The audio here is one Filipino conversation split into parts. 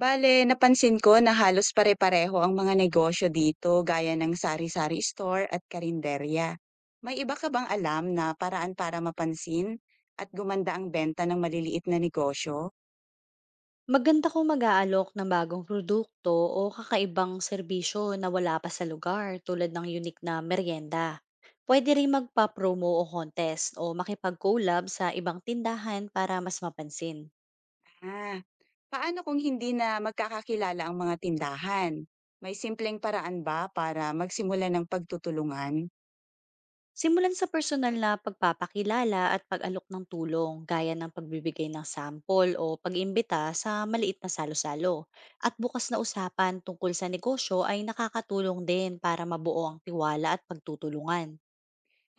Bale, napansin ko na halos pare-pareho ang mga negosyo dito gaya ng sari-sari store at karinderya. May iba ka bang alam na paraan para mapansin at gumanda ang benta ng maliliit na negosyo? Maganda kung mag-aalok ng bagong produkto o kakaibang serbisyo na wala pa sa lugar tulad ng unique na merienda. Pwede rin magpa-promo o contest o makipag-collab sa ibang tindahan para mas mapansin. Ah, paano kung hindi na magkakakilala ang mga tindahan? May simpleng paraan ba para magsimula ng pagtutulungan? Simulan sa personal na pagpapakilala at pag-alok ng tulong gaya ng pagbibigay ng sample o pag-imbita sa maliit na salo-salo. At bukas na usapan tungkol sa negosyo ay nakakatulong din para mabuo ang tiwala at pagtutulungan.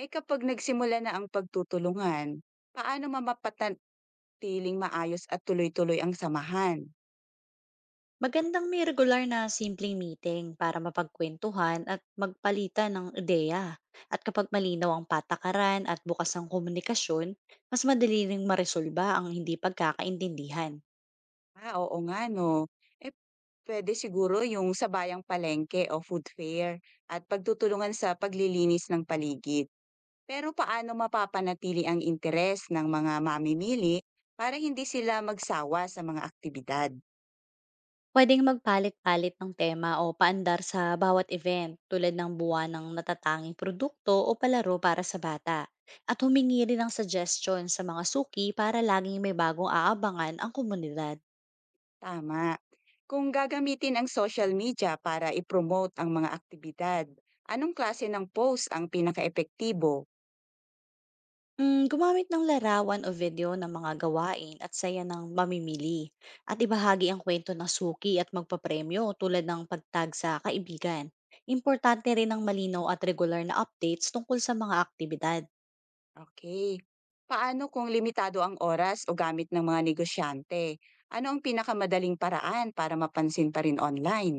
Eh kapag nagsimula na ang pagtutulungan, paano mamapanatiling maayos at tuloy-tuloy ang samahan? Magandang may regular na simpleng meeting para mapagkwentuhan at magpalitan ng ideya. At kapag malinaw ang patakaran at bukas ang komunikasyon, mas madali ring maresolba ang hindi pagkakaintindihan. Ah, oo nga 'no. Eh, puwede siguro yung sa bayang palengke o food fair at pagtutulungan sa paglilinis ng paligid. Pero paano mapapanatili ang interes ng mga mamimili para hindi sila magsawa sa mga aktibidad? Pwedeng magpalit-palit ng tema o paandar sa bawat event tulad ng buwan ng natatanging produkto o palaro para sa bata. At humingi rin ng suggestion sa mga suki para laging may bagong aabangan ang komunidad. Tama. Kung gagamitin ang social media para i-promote ang mga aktibidad, anong klase ng post ang pinaka epektibo? Hmm, gumamit ng larawan o video ng mga gawain at saya ng mamimili at ibahagi ang kwento ng suki at magpapremyo tulad ng pagtag sa kaibigan. Importante rin ang malinaw at regular na updates tungkol sa mga aktibidad. Okay. Paano kung limitado ang oras o gamit ng mga negosyante? Ano ang pinakamadaling paraan para mapansin pa rin online?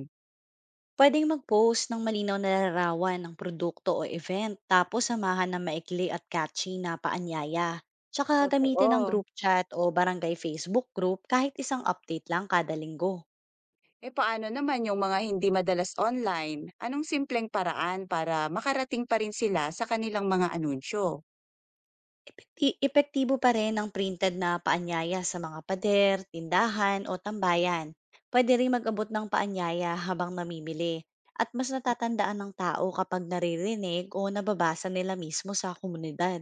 Pwedeng mag-post ng malinaw na larawan ng produkto o event, tapos samahan ng maikli at catchy na paanyaya. Tsaka gamitin ang Totoo. group chat o barangay Facebook group kahit isang update lang kada linggo. Eh, paano naman yung mga hindi madalas online? Anong simpleng paraan para makarating pa rin sila sa kanilang mga anunsyo? Epektibo pa rin ang printed na paanyaya sa mga pader, tindahan o tambayan. Pwede rin mag-abot ng paanyaya habang namimili, at mas natatandaan ng tao kapag naririnig o nababasa nila mismo sa komunidad.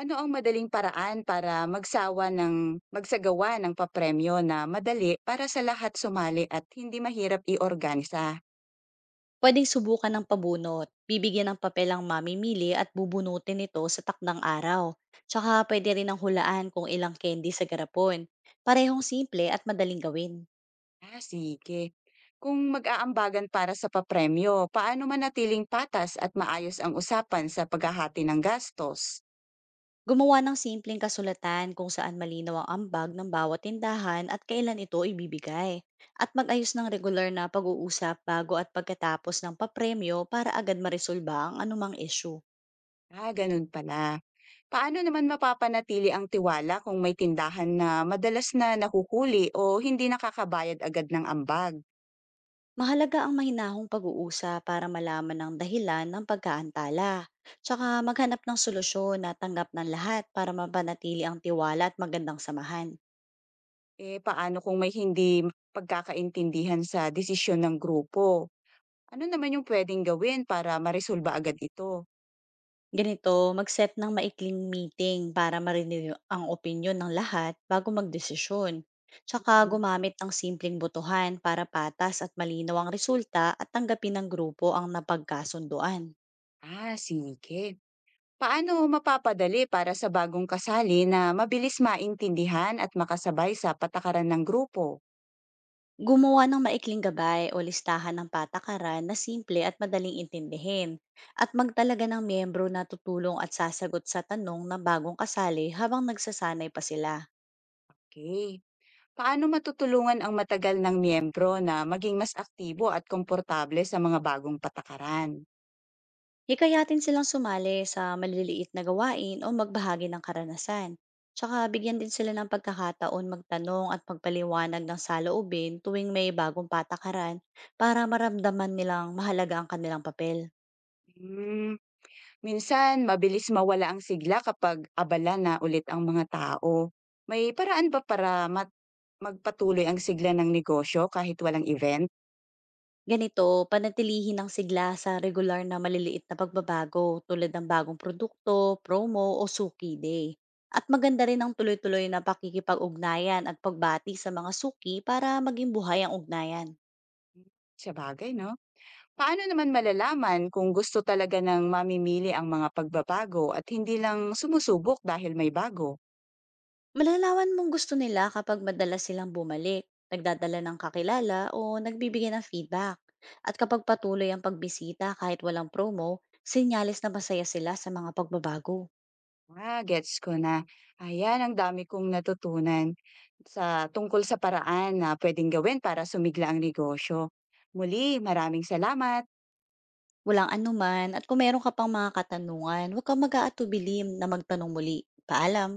Ano ang madaling paraan para magsawa ng magsagawa ng papremyo na madali para sa lahat sumali at hindi mahirap iorganisa? Pwedeng subukan ng pabunot, bibigyan ng papel ang mamimili at bubunutin ito sa takdang araw. Tsaka pwede rin ang hulaan kung ilang candy sa garapon. Parehong simple at madaling gawin. Ah, sige. Kung mag-aambagan para sa papremyo, paano manatiling patas at maayos ang usapan sa paghahati ng gastos? Gumawa ng simpleng kasulatan kung saan malinaw ang ambag ng bawat tindahan at kailan ito ibibigay. At mag-ayos ng regular na pag-uusap bago at pagkatapos ng papremyo para agad maresolba ang anumang issue. Ah, ganun pala. Paano naman mapapanatili ang tiwala kung may tindahan na madalas na nahuhuli o hindi nakakabayad agad ng ambag? Mahalaga ang mahinahong pag-uusap para malaman ang dahilan ng pagkaantala. Tsaka maghanap ng solusyon na tanggap ng lahat para mapanatili ang tiwala at magandang samahan. Eh, paano kung may hindi pagkakaintindihan sa desisyon ng grupo? Ano naman yung pwedeng gawin para maresolba agad ito? Ganito, mag-set ng maikling meeting para marinig ang opinyon ng lahat bago magdesisyon. Tsaka Mhm. gumamit ng simpleng botohan para patas at malinaw ang resulta at tanggapin ng grupo ang napagkasunduan. Ah, sige. Paano mapapadali para sa bagong kasali na mabilis maintindihan at makasabay sa patakaran ng grupo? Gumawa ng maikling gabay o listahan ng patakaran na simple at madaling intindihin, at magtalaga ng miyembro na tutulong at sasagot sa tanong ng bagong kasali habang nagsasanay pa sila. Okay. Paano matutulungan ang matagal ng miyembro na maging mas aktibo at komportable sa mga bagong patakaran? Hikayatin silang sumali sa maliliit na gawain o magbahagi ng karanasan. Tsaka bigyan din sila ng pagkakataon magtanong at magpaliwanag ng saloobin tuwing may bagong patakaran, para maramdaman nilang mahalaga ang kanilang papel. Hmm, minsan, mabilis mawala ang sigla kapag abala na ulit ang mga tao. May paraan ba para magpatuloy ang sigla ng negosyo kahit walang event? Ganito, panatilihin ang sigla sa regular na maliliit na pagbabago tulad ng bagong produkto, promo o suki day. At maganda rin ang tuloy-tuloy na pakikipag-ugnayan at pagbati sa mga suki para maging buhay ang ugnayan. Sa bagay, no? Paano naman malalaman kung gusto talaga ng mamimili ang mga pagbabago at hindi lang sumusubok dahil may bago? Malalawan mong gusto nila kapag madalas silang bumalik, nagdadala ng kakilala o nagbibigay ng feedback. At kapag patuloy ang pagbisita kahit walang promo, sinyalis na masaya sila sa mga pagbabago. Ah, gets ko na. Ayan, ang dami kong natutunan sa tungkol sa paraan na pwedeng gawin para sumigla ang negosyo. Muli, maraming salamat. Walang anuman, at kung meron ka pang mga katanungan, huwag kang mag-aatubilim na magtanong muli. Paalam!